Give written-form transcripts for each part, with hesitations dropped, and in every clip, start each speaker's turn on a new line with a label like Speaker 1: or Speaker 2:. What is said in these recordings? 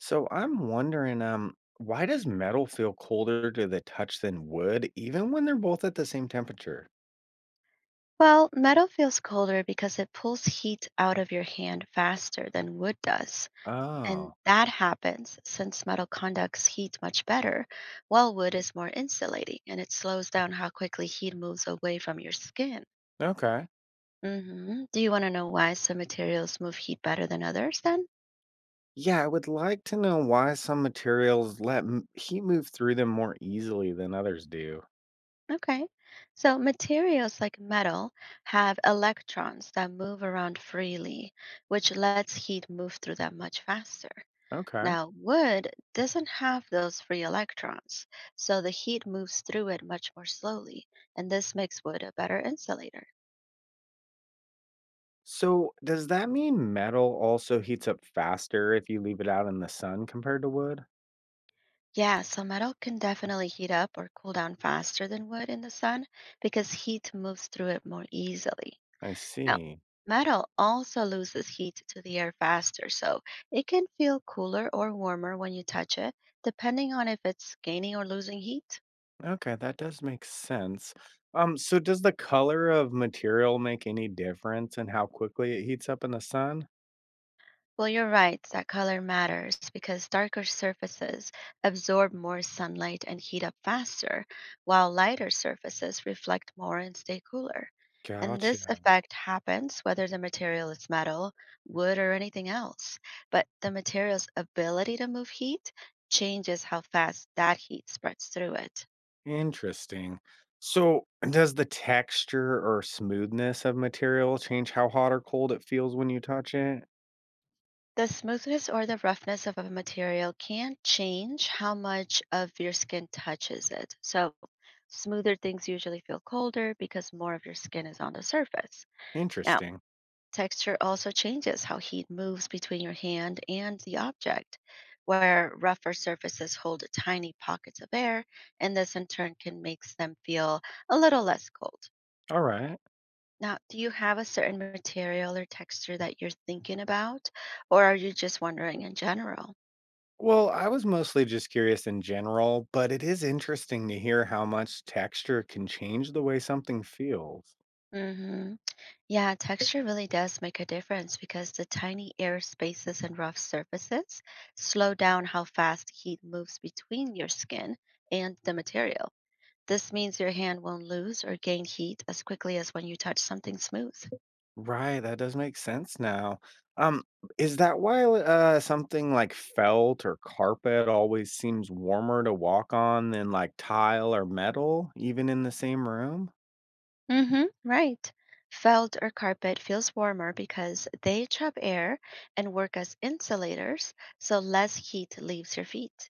Speaker 1: So I'm wondering, why does metal feel colder to the touch than wood, even when they're both at the same temperature?
Speaker 2: Well, metal feels colder because it pulls heat out of your hand faster than wood does. And
Speaker 1: Oh,
Speaker 2: that happens since metal conducts heat much better, while wood is more insulating and it slows down how quickly heat moves away from your skin.
Speaker 1: okay.
Speaker 2: Do you want to know why some materials move heat better than others then?
Speaker 1: Yeah, I would like to know why some materials heat move through them more easily than others do.
Speaker 2: Okay. So, materials like metal have electrons that move around freely, which lets heat move through them much faster.
Speaker 1: Okay.
Speaker 2: Now, wood doesn't have those free electrons, so the heat moves through it much more slowly, and this makes wood a better insulator.
Speaker 1: So, does that mean metal also heats up faster if you leave it out in the sun compared to wood?
Speaker 2: Yeah, so metal can definitely heat up or cool down faster than wood in the sun because heat moves through it more easily.
Speaker 1: I
Speaker 2: Now,
Speaker 1: see.
Speaker 2: metal also loses heat to the air faster, so it can feel cooler or warmer when you touch it, depending on if it's gaining or losing heat.
Speaker 1: Okay, that does make sense. So does the color of material make any difference in how quickly it heats up in the sun?
Speaker 2: Well, you're right that color matters because darker surfaces absorb more sunlight and heat up faster, while lighter surfaces reflect more and stay cooler. And this
Speaker 1: Gotcha.
Speaker 2: effect happens whether the material is metal, wood, or anything else. But the material's ability to move heat changes how fast that heat spreads through it.
Speaker 1: Interesting. So does the texture or smoothness of material change how hot or cold it feels when you touch it?
Speaker 2: The smoothness or the roughness of a material can change how much of your skin touches it. So, smoother things usually feel colder because more of your skin is on the surface. Now,
Speaker 1: Interesting.
Speaker 2: texture also changes how heat moves between your hand and the object, where rougher surfaces hold tiny pockets of air, and this in turn can make them feel a little less cold.
Speaker 1: All right.
Speaker 2: Now, do you have a certain material or texture that you're thinking about, or are you just wondering in general?
Speaker 1: Well, I was mostly just curious in general, but it is interesting to hear how much texture can change the way something feels.
Speaker 2: hmm Yeah, texture really does make a difference because the tiny air spaces and rough surfaces slow down how fast heat moves between your skin and the material. This means your hand won't lose or gain heat as quickly as when you touch something smooth.
Speaker 1: Right, that does make sense now. Um, is that why something like felt or carpet always seems warmer to walk on than like tile or metal, even in the same room?
Speaker 2: Hmm, right. Felt or carpet feels warmer because they trap air and work as insulators, so less heat leaves your feet.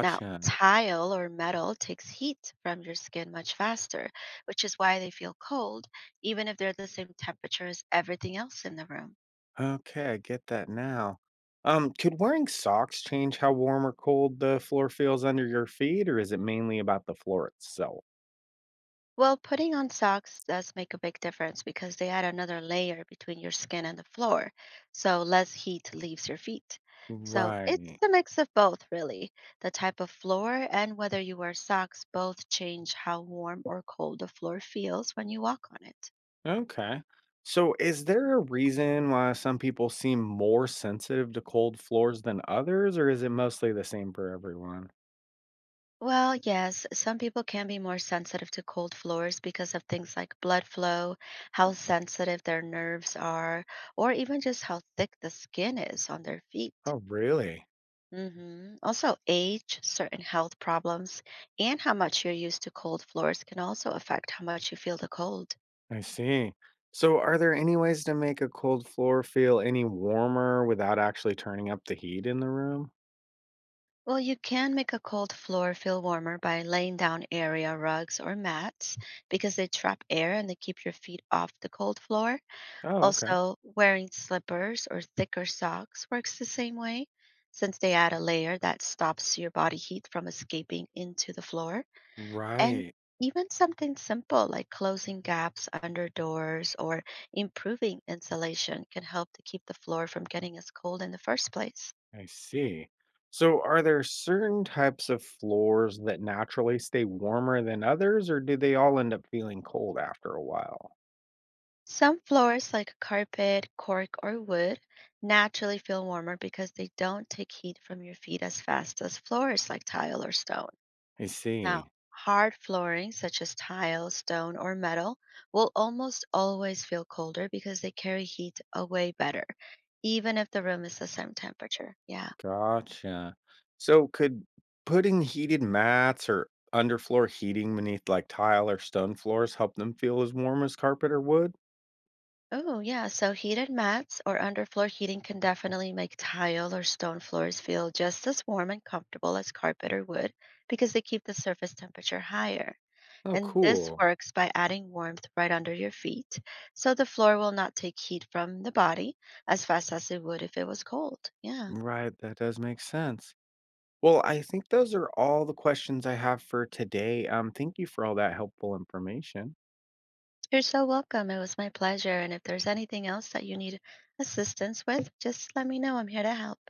Speaker 2: Now, tile or metal takes heat from your skin much faster, which is why they feel cold, even if they're the same temperature as everything else in the room.
Speaker 1: Okay, I get that now. Could wearing socks change how warm or cold the floor feels under your feet, or is it mainly about the floor itself?
Speaker 2: Well, putting on socks does make a big difference because they add another layer between your skin and the floor, so less heat leaves your feet. So it's
Speaker 1: Right.
Speaker 2: a mix of both, really. The type of floor and whether you wear socks both change how warm or cold the floor feels when you walk on it.
Speaker 1: Okay. So, is there a reason why some people seem more sensitive to cold floors than others, or is it mostly the same for everyone?
Speaker 2: Well, yes, some people can be more sensitive to cold floors because of things like blood flow, how sensitive their nerves are, or even just how thick the skin is on their feet.
Speaker 1: Oh, really?
Speaker 2: Also, age, certain health problems, and how much you're used to cold floors can also affect how much you feel the cold.
Speaker 1: I see. So, are there any ways to make a cold floor feel any warmer without actually turning up the heat in the room?
Speaker 2: Well, you can make a cold floor feel warmer by laying down area rugs or mats because they trap air and they keep your feet off the cold floor.
Speaker 1: Oh, okay.
Speaker 2: Also, wearing slippers or thicker socks works the same way since they add a layer that stops your body heat from escaping into the floor. And
Speaker 1: Right.
Speaker 2: even something simple like closing gaps under doors or improving insulation can help to keep the floor from getting as cold in the first place.
Speaker 1: I see. So, are there certain types of floors that naturally stay warmer than others, or do they all end up feeling cold after a while?
Speaker 2: Some floors, like carpet, cork, or wood, naturally feel warmer because they don't take heat from your feet as fast as floors like tile or stone.
Speaker 1: I
Speaker 2: Now,
Speaker 1: see.
Speaker 2: hard flooring such as tile, stone, or metal will almost always feel colder because they carry heat away better, even if the room is the same temperature. Yeah.
Speaker 1: Gotcha. So could putting heated mats or underfloor heating beneath like tile or stone floors help them feel as warm as carpet or wood?
Speaker 2: Oh, yeah. So heated mats or underfloor heating can definitely make tile or stone floors feel just as warm and comfortable as carpet or wood because they keep the surface temperature higher.
Speaker 1: Oh,
Speaker 2: And this
Speaker 1: cool.
Speaker 2: works by adding warmth right under your feet, so the floor will not take heat from the body as fast as it would if it was cold. Yeah.
Speaker 1: Right, that does make sense. Well, I think those are all the questions I have for today. Thank you for all that helpful information.
Speaker 2: You're so welcome. It was my pleasure. And if there's anything else that you need assistance with, just let me know. I'm here to help.